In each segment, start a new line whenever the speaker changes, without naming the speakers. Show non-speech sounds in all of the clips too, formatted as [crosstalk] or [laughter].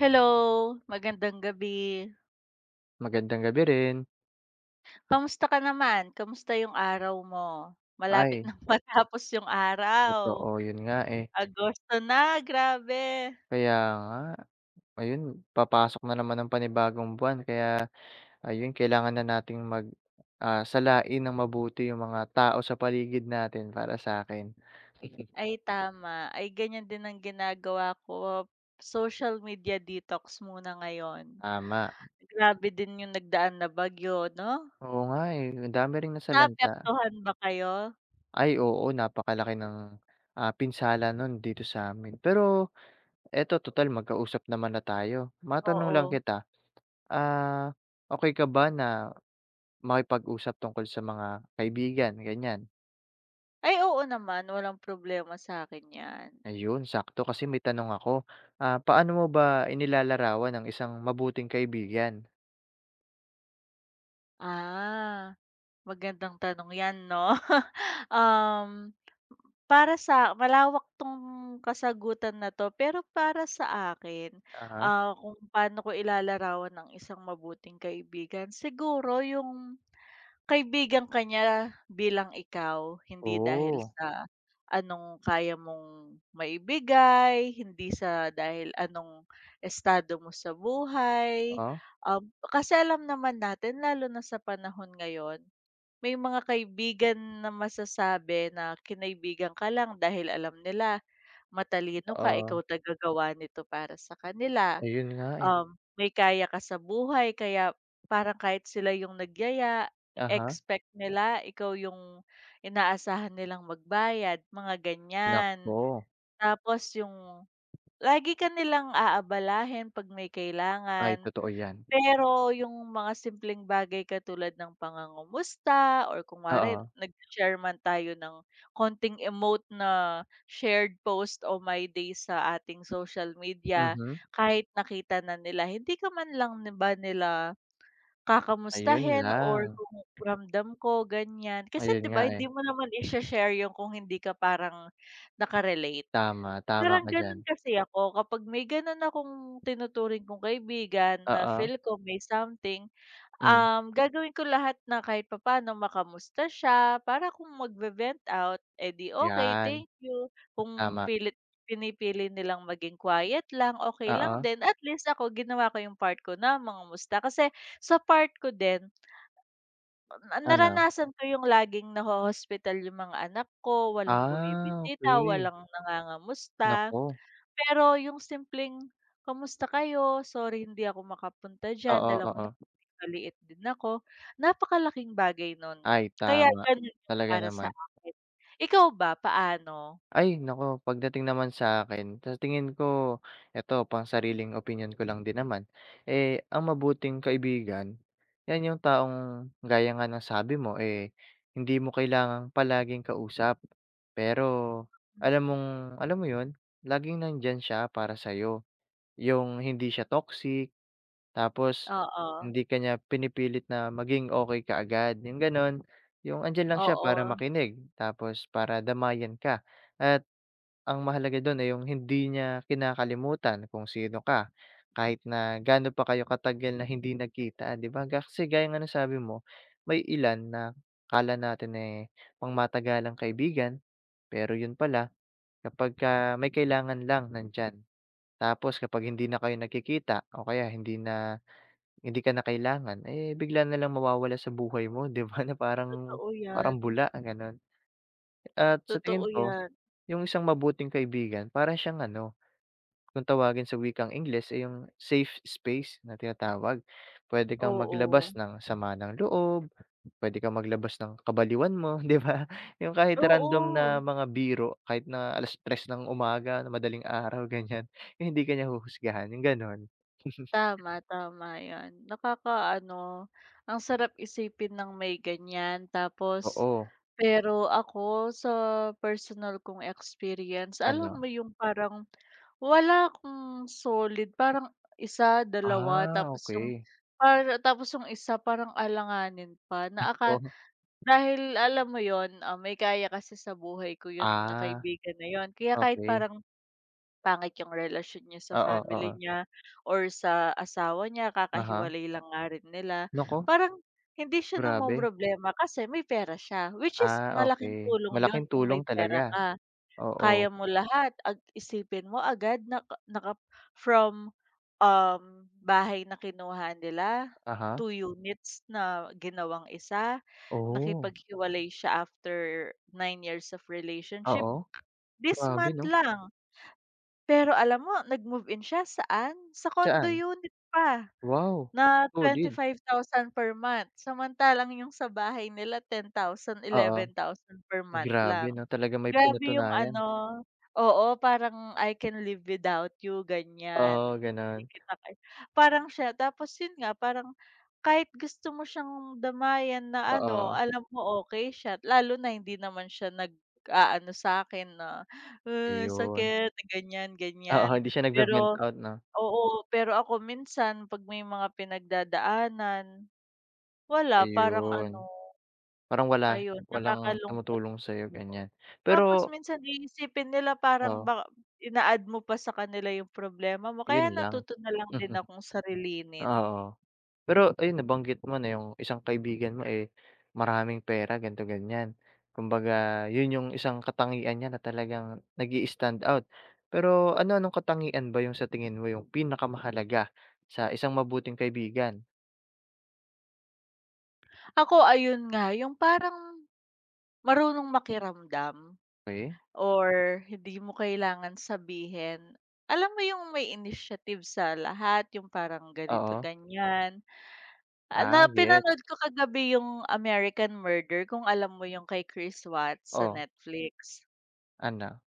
Hello, magandang gabi.
Magandang gabi rin.
Kamusta ka naman? Kamusta yung araw mo? Malapit
Ay,
nang [laughs] matapos yung araw.
totoo yun nga, eh.
Agosto na, grabe.
Kaya nga, ayun papasok na naman ang panibagong buwan kaya ayun kailangan na nating salain ng mabuti yung mga tao sa paligid natin para sa akin.
Ay tama, ay ganyan din ang ginagawa ko. Social media detox muna ngayon.
Tama.
Grabe din yung nagdaan na bagyo, 'no?
Oo nga, eh, ang dami ring nasalanta.
Naapektuhan ba kayo?
Ay oo, napakalaki ng, pinsala nun dito sa'min. Pero eto tutal magkausap naman na tayo, matanong
Oo.
lang kita, ah, okey ka ba na makipag-usap tungkol sa mga kaibigan, ganyan.
Ay oo naman, walang problema sa akin 'yan.
Ayun, sakto kasi may tanong ako. Paano mo ba inilalarawan ang isang mabuting kaibigan?
Ah, magandang tanong 'yan, 'no? [laughs] Um Para sa malawak 'tong kasagutan na 'to, pero para sa akin,
Aha.
kung paano ko ilalarawan ng isang mabuting kaibigan, siguro yung kaibigan kanya bilang ikaw, hindi dahil
Oh,
sa anong kaya mong maibigay, hindi sa dahil anong estado mo sa buhay.
ah,
Kasi alam naman natin lalo na sa panahon ngayon, may mga kaibigan na masasabi na kinaibigan ka lang dahil alam nila matalino ka,
oo.
ikaw tagagawa nito para sa kanila,
Ayun nga, eh.
may kaya ka sa buhay kaya parang kahit sila yung nagyaya,
Aha,
expect nila ikaw yung inaasahan nilang magbayad, mga ganyan.
naku.
Tapos yung lagi ka nilang aabalahin 'pag may
Ay,
kailangan.
totoo 'yan.
Pero yung mga simpleng bagay katulad ng pangungumusta or kunwari
Oo,
nag-share man tayo ng konting emote na shared post o my day sa ating social media,
mhm.
kahit nakita na nila, hindi ka man lang ni ba nila
Ayun
kakamustahin or
lang,
kung ramdam ko, ganyan. Kasi
ayun
'di ba,
nga, eh.
hindi mo naman i share yung kung hindi ka parang nakarelate.
Tama, tama
Parang
ka diyan.
gano'n kasi ako kapag may gano'n akong tinuturing kong kaibigan na
Oo,
feel ko may something,
hmm,
gagawin ko lahat na kahit papaano makamusta siya para kung magve-vent out, edi okay
'yan,
thank you. Kung
tama.
pilit pinipili nilang maging quiet lang, okay lang
Oo,
din. At least ako ginawa ko yung part ko na mga musta kasi sa part ko din na
ano?
naranasan ko yung laging naho-hospital yung mga anak ko, walang
Ah,
bumibisita,
okay.
walang nangangamusta.
Nako.
Pero yung simpleng, "Kamusta kayo? Sorry hindi ako makapunta diyan,
Oo,
alam mo
oo.
na maliit din ako." Napakalaking bagay nun.
Ay
Kaya
tama,
ganun yung
talaga
para sa
naman.
akin. Ikaw ba, paano?
Ay naku, pagdating naman sa akin sa tingin ko eto pang sariling opinion ko lang din naman, eh, ang mabuting kaibigan, 'yan yung taong gaya nga ng sabi mo, eh, hindi mo kailangang palaging kausap, pero alam
Mm,
mong alam mo 'yun, laging nandiyan siya para sa'yo, yung hindi siya toxic. Tapos
oo,
hindi ka niya pinipilit na maging okey kaagad, yung gano'n. Yung andiyan lang siya para
oo,
makinig, tapos para damayan ka at ang mahalaga do'n ay yung hindi niya kinakalimutan kung sino ka, kahit na gaano pa kayo katagal na hindi nagkita, 'di ba? Kasi gaya nga ng sabi mo, may ilan na akala natin, eh, pangmatagalang kaibigan, pero yun pala kapagka may kailangan lang nandiyan. Tapos kapag hindi na kayo nagkikita o kaya hindi ka na kailangan, eh, bigla na lang mawawala sa buhay mo [laughs] 'di ba, na parang
totoo yan,
parang bula gano'n. At sa tingin
totoo
ko,
yan,
yung isang mabuting kaibigan para siyang ano, kung tawagin sa wikang Ingles, ay yung safe space na tinatawag. Pwede kang
oo.
maglabas ng sama ng loob, pwede kang maglabas ng kabaliwan mo [laughs] 'di ba? Yung kahit random na
Oo.
mga biro, kahit na 3:00 ng umaga, na madaling araw [laughs] ganyan, yung hindi ka niya huhusgahan, yung gano'n.
Tama, tama 'yan. Nakakaano, ang sarap isipin ng may ganyan tapos
Oo,
pero ako sa personal kong experience, alam mo
ano?
yung parang wala akong solid, parang isa dalawa
Ah,
tapos yung
okay.
para tapos yung isa parang alanganin pa na aka
So,
dahil alam mo yon ah, may kaya kasi sa buhay ko yun na
ah,
kaibigan na yon. Kaya kahit
okey.
parang. Pangit yung relasyon niya sa
Oo, oo.
family niya or sa asawa niya,
Aha.
kakahiwalay lang nga rin nila.
Naku,
Parang hindi siya
grabe.
namomroblema kasi may pera siya, which is
Ah,
malaking
okey.
tulong yun
Malaking
kung
tulong
may pera
talaga.
ka.
Oo.
Kaya mo lahat, ag isipin mo agad naka naka from, bahay na kinuha nila,
Aha.
2 units na ginawang isa,
Oh,
nakipaghiwalay siya after 9 years of relationship,
oo.
this
Grabe
month
'no?
lang. Pero alam mo nag-move-in siya, saan? Sa condo
Saan?
unit pa
Wow,
na twenty
solid.
five thousand per month, samantalang yung sa bahay nila 10,000
Oo.
11,000 per month
Grabe
lang.
'no, talagang may
Grabe yung
pinatunayan.
ano oo, parang I can live without you, ganyan.
Oo,
Hindi
gano'n.
kita parang siya tapos yun nga, parang kahit gusto mo siyang damayan na ano,
Oo,
alam mo okey siya, lalo na hindi naman siya nag-aano sa'kin na, "Ah,
iyon.
sakit," ganyan,
Oo,
ganyan.
hindi siya
Pero
nagve-vent out 'no?
oo, pero ako minsan 'pag may mga pinagdadaanan, wala, parang ano,
Ayun. Parang wala
ayun,
Walang
nakakalungkot.
tumutulong sa'yo, ganiyan.
Tapos
Pero
minsan iisipin nila parang
oh,
baka ina-add mo pa sa kanila yung problema mo
'yun
kaya
lang.
natuto na lang
[laughs]
din
Mhm.
akong sarilinin.
Oo. Pero ayun nabanggit mo na yung isang kaibigan mo, eh, maraming pera ganito ganyan. Kumbaga yun yung isang katangian niya na talagang nag-i-stand out. Pero ano-anong katangian ba yung sa tingin mo yung pinakamahalaga sa isang mabuting kaibigan?
Ako ayun nga yung parang marunong makiramdam
Okey,
or hindi mo kailangan sabihin. Alam mo yung may initiative sa lahat, yung parang ganito
oo.
ganyan. Ah,
Ah,
na
gets.
pinanood ko kagabi yung American Murder kung alam mo yung kay Chris Watts sa
Oh,
Netflix.
ano?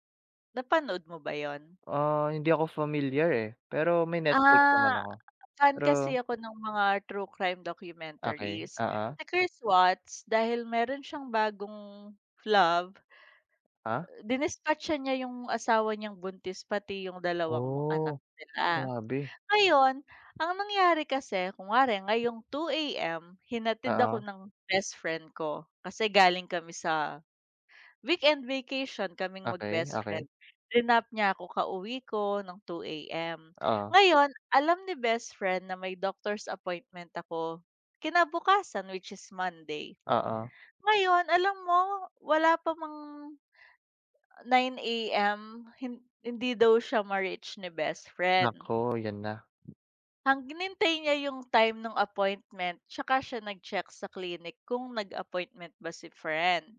Napanood mo ba yon?
Ah, hindi ako familiar, eh, pero may Netflix naman
Ah.
ako.
Fan
Pero
kasi ako ng mga true crime
okay.
documentaries.
Oo.
Si Chris Watts dahil meron siyang bagong love,
Ah?
dinispatcha niya yung asawa niyang buntis pati yung dalawang mga anak
Oh,
nila.
grabe.
Ngayon, ang nangyari kasi kunwari ngayong 2:00 AM hinatid ako
Oo,
ng best friend ko kasi galing kami sa Weekend vacation kaming
okay
mag-best friend,
okay.
rinap niya ako kauwi ko ng 2 AM.
Oo,
Ngayon, alam ni best friend na may doctor's appointment ako kinabukasan, which is Monday.
oo.
Ngayon, alam mo wala pa mang 9 AM, hindi daw siya ma-reach ni best friend.
Naku, 'yan na.
Ang hinintay niya yung time ng appointment tsaka siya nag-check sa clinic kung nag-appointment ba si friend.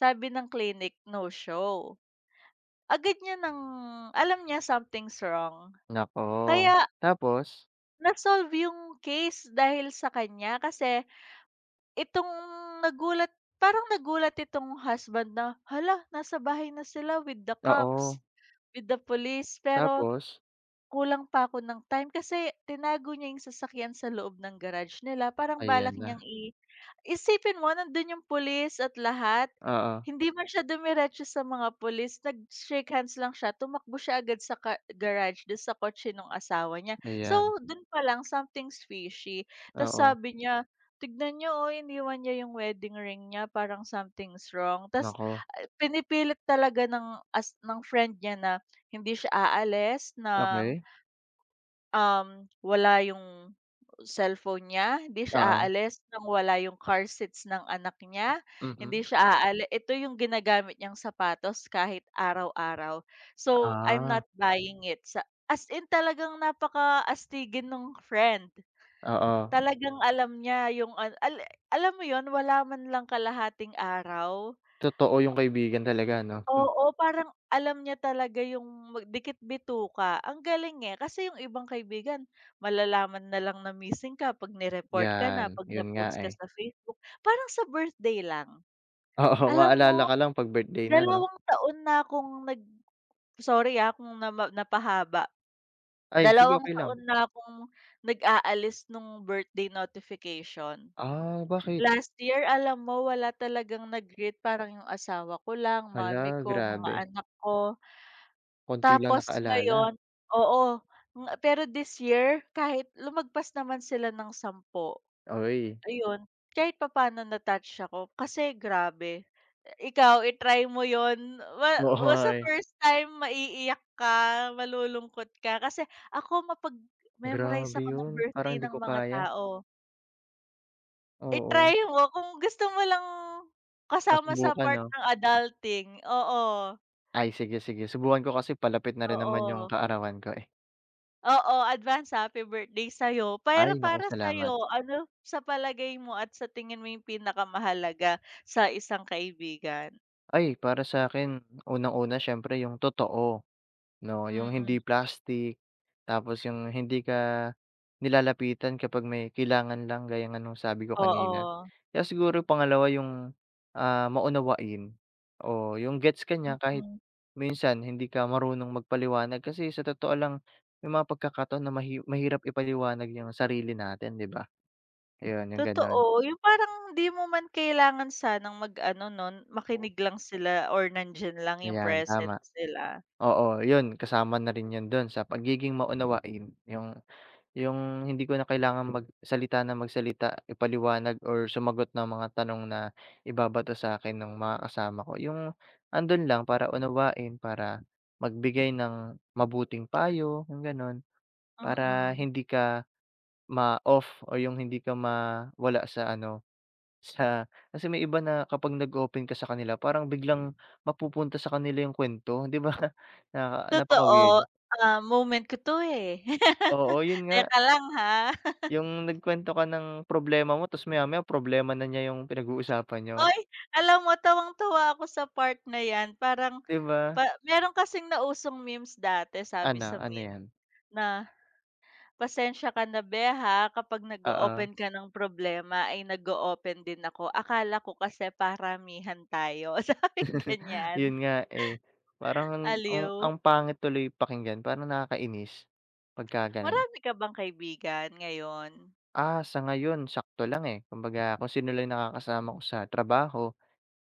Sabi ng clinic, no show. Agad niya alam niya something's wrong.
Naku,
Kaya
tapos?
na-solve yung case dahil sa kanya kasi itong nagulat parang nagulat itong husband na, "Hala, nasa bahay na sila with the cops,
Oo,
with the police." Pero
tapos?
kulang pa ako ng time kasi tinago niya yung sasakyan sa loob ng garage nila. Parang
Ayan
balak
na.
niyang. Isipin mo nandun yung pulis at lahat,
Oo,
hindi man siya dumiretso sa mga pulis, nag-shake hands lang siya, tumakbo siya agad sa ka garage dun sa kotse ng asawa niya. So,
ayan,
dun pa lang something's fishy. Ta's
oo.
sabi niya, "Tignan niyo, oh, iniwan niya yung wedding ring niya, parang something's wrong." Ta's
Naku,
ah, pinipilit talaga ng friend niya na hindi siya aalis ng
okey.
Wala yung cellphone niya, hindi siya
Oo,
aalis ng wala yung car seats ng anak niya,
mm.
hindi siya ito yung ginagamit niyang sapatos kahit araw-araw. So, I'm
Ah,
not buying it sa as in talagang napakaastigin nung friend.
oo.
Talagang alam niya yung an al alam mo yun, wala man lang kalahating araw.
Totoo yung kaibigan talaga 'no? Hmm,
Oo, parang alam niya talaga yung mag dikit-bituka. Ang galing, eh, kasi yung ibang kaibigan malalaman na lang na missing ka 'pag ni-report ka na,
'yan,
'pag
yun nga,
na-post ka
eh.
sa Facebook. Parang sa birthday lang.
[laughs] Oo,
Alam
maalala
mo,
ka lang 'pag birthday na 'no?
2 taon na akong nag sorry, ah, kung nama napahaba.
Ay, sige
Dalawang
okey lang.
taon na akong nag-aalis nung birthday notification.
Ah, bakit?
Last year, alam mo wala talagang nag-greet, parang yung asawa ko lang, mommy
Hala,
ko, mga
grabe.
anak ko.
Konti lang
Tapos
nakaalala.
ngayon oo, nga pero this year kahit lumagpas naman sila ng 10
Uy,
ayun, kahit papaano na-touch ako kasi grabe. Ikaw i-try mo 'yun ma
oo
wa
nga,
sa
eh.
first time maiiyak ka, malulungkot ka kasi ako mapag-memorize
Grabe
ako ng
yun, parang
birthday
'di
ng
ko
mga
kaya.
tao.
Oo,
I-try mo kung gusto mo lang kasama sa
masubukan
part
'no?
ng adulting, oo,
Ay sige, sige subukan ko kasi palapit na rin naman yung
oo.
kaarawan ko, eh.
Oo, advance happy birthday sa'yo.
Ay
Pero
naku
para
salamat.
sa'yo, ano sa palagay mo at sa tingin mo yung pinakamahalaga sa isang kaibigan?
Ay para sa akin unang-una siyempre yung totoo 'no, yung
Mm,
hindi plastic, tapos yung hindi ka nilalapitan kapag may kailangan lang gaya nga nung sabi ko kanina.
oo.
Kaya siguro pangalawa yung, maunawain o yung gets ka niya kahit
Mm,
minsan hindi ka marunong magpaliwanag kasi sa totoo lang may mga pagkakataon na mahirap ipaliwanag yung sarili natin, 'di ba? Ayun yung gano'n.
totoo. Yung parang di mo man kailangan sanang mag-ano 'no, makinig lang sila or nandiyan lang yung
Ayan,
present
tama.
sila.
Oo, yun kasama na rin yun dun sa pagiging maunawain, yung hindi ko na kailangang magsalita ng magsalita, ipaliwanag or sumagot ng mga tanong na ibabato sa'kin nung mga kasama ko. Yung andun lang para unawain, para magbigay ng mabuting payo, yung gano'n. Para
Mm,
hindi ka ma-off o yung hindi ka mawala sa ano. Sa kasi may iba na kapag nag-open ka sa kanila parang biglang mapupunta sa kanila yung kwento, 'di ba? [laughs] Na napaka-weird.
totoo. Ah, moment ko 'to, eh. [laughs]
Oo, yun nga,
Teka lang ha.
yung nagkwento ka ng problema mo tapos maya-maya problema na niya yung pinag-uusapan niyo,
Uy, alam mo tuwang-tuwa ako sa part na 'yan. Parang
'di ba?
Pa meron kasing nausong memes dati sabi
Ano,
sa
ano
meme
yan?
na, "Pasensya ka na beh ha kapag
Oo,
nag-o-open ka ng problema ay nag-o-open din ako. Akala ko kasi paramihan tayo." [laughs] sabi
[laughs]
ganyan,
yun nga, eh. Parang ang ang
aliw.
ang pangit tuloy pakinggan, parang nakakainis pagka gano'n.
Marami ka bang kaibigan ngayon?
Ah, sa ngayon sakto lang, eh, kumbaga kung sino lang nakakasama ko sa trabaho.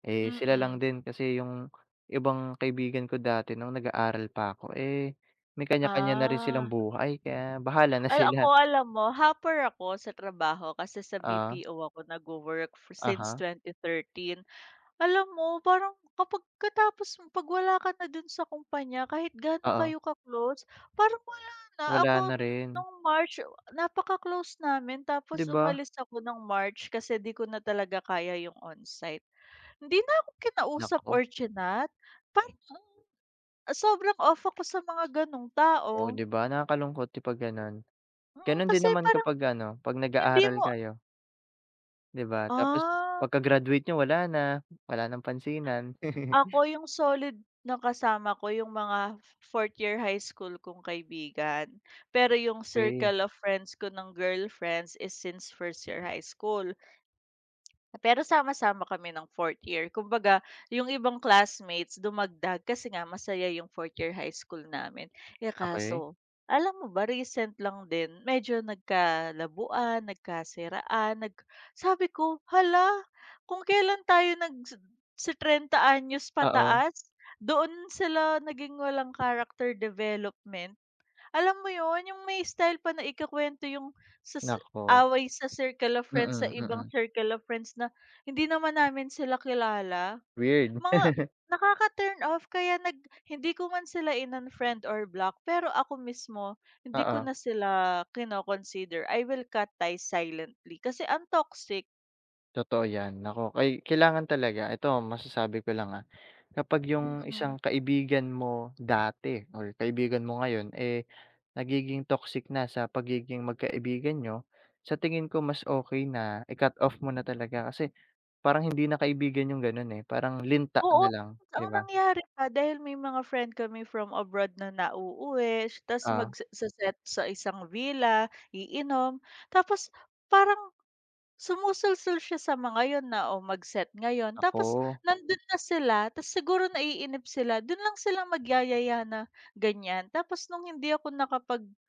Eh, sila lang
Mm.
din kasi yung ibang kaibigan ko dati nung nag-aaral pa ako, eh, may kanya-kanya na rin silang
Ah,
buhay kaya bahala na [laughs]
al ako
sila.
alam mo hopper ako sa trabaho kasi sa
Oo,
BPO ako nagwo-work since
aha,
2013. Alam mo parang kapag katapos mo 'pag wala ka na dun sa kumpanya kahit gaano
oo,
kayo ka-close, parang wala na.
wala
Ako
na rin,
nung March napaka-close namin tapos
'di ba?
umalis ako ng March kasi 'di ko na talaga kaya yung onsite. Hindi na ako kinausap
Naku,
or chinat. Parang mm, sobrang off ako sa mga ganong
oh,
tao.
'di ba nakakalungkot 'di 'pag gano'n.
Mm,
Gano'n din
kasi
naman
parang
kapag ano, 'pag
hindi
nag-aaral
mo
kayo, 'di ba? Tapos
ah.
pagka-graduate niyo wala na, wala ng pansinan.
Ako
[laughs]
yung solid na kasama ko yung mga fourth year high school kong kaibigan. Pero yung
Okey,
circle of friends ko ng girlfriends is since first year high school. Pero sama-sama kami ng fourth year. Kumbaga, yung ibang classmates dumagdag kasi nga masaya yung fourth year high school namin. Eh kaso,
okey,
alam mo ba, recent lang din, medyo nagkalabuan, nagkasiraan. Sabi ko, hala, kung kailan tayo sa 30 anyos
oo,
pataas, doon sila naging walang character development. Alam mo yon yung may style pa na ikakwento yung sa
naku,
away sa circle of friends, sa
mm,
ibang
mm,
circle of friends na hindi naman namin sila kilala.
weird,
Mga
[laughs]
nakaka-turn off kaya hindi ko man sila in-unfriend or block, pero ako mismo hindi ko
oo.
na sila kino-consider. I will cut ties silently kasi ang toxic.
Totoo 'yan, naku kay kailangan talaga ito masasabi ko lang, kapag yung
Mm.
isang
Mm.
kaibigan mo dati or kaibigan mo ngayon, eh, nagiging toxic na sa pagiging magkaibigan niyo, sa tingin ko mas okay na i-cut off mo na talaga kasi parang hindi na kaibigan yung gano'n, eh, parang linta
Oo,
na lang,
tapos
'di
ang
ba?
nangyari pa dahil may mga friend kami from abroad na nauuwi ta's
Oo,
magse-set sa isang villa, iinom. Tapos parang sumusulsul siya sa mga yun na, "O mag-set ngayon." Tapos
naku,
nandun na sila ta's siguro naiinip sila, dun lang sila magyayaya na ganyan. Tapos nung hindi ako nakapag-commit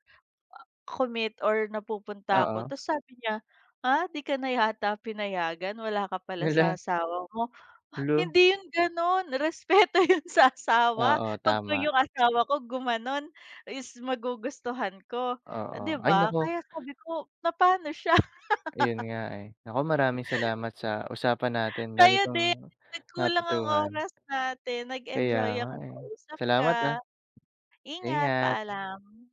or napupunta ako
oo.
tapos sabi niya, "Ah, 'di ka na yata pinayagan, wala ka pala sa
Hala,
asawa mo."
hala,
Hindi 'yun gano'n, respeto [laughs] 'yun sa asawa.
oo,
'Pag
tama,
yung asawa ko gumano'n is magugustuhan ko,
oo.
'di
Ay
ba?
nako.
Kaya sabi ko, napa'no siya? [laughs]
Ayun nga, eh. Naku, maraming salamat sa usapan natin. Dami
Tayo
kong
din, nagkulang ang
natutuhan.
oras natin,
Kaya
nag-enjoy
nga,
akong
eh.
kausap
Salamat, ah.
ka. Ingat,
Ingat.
paalam.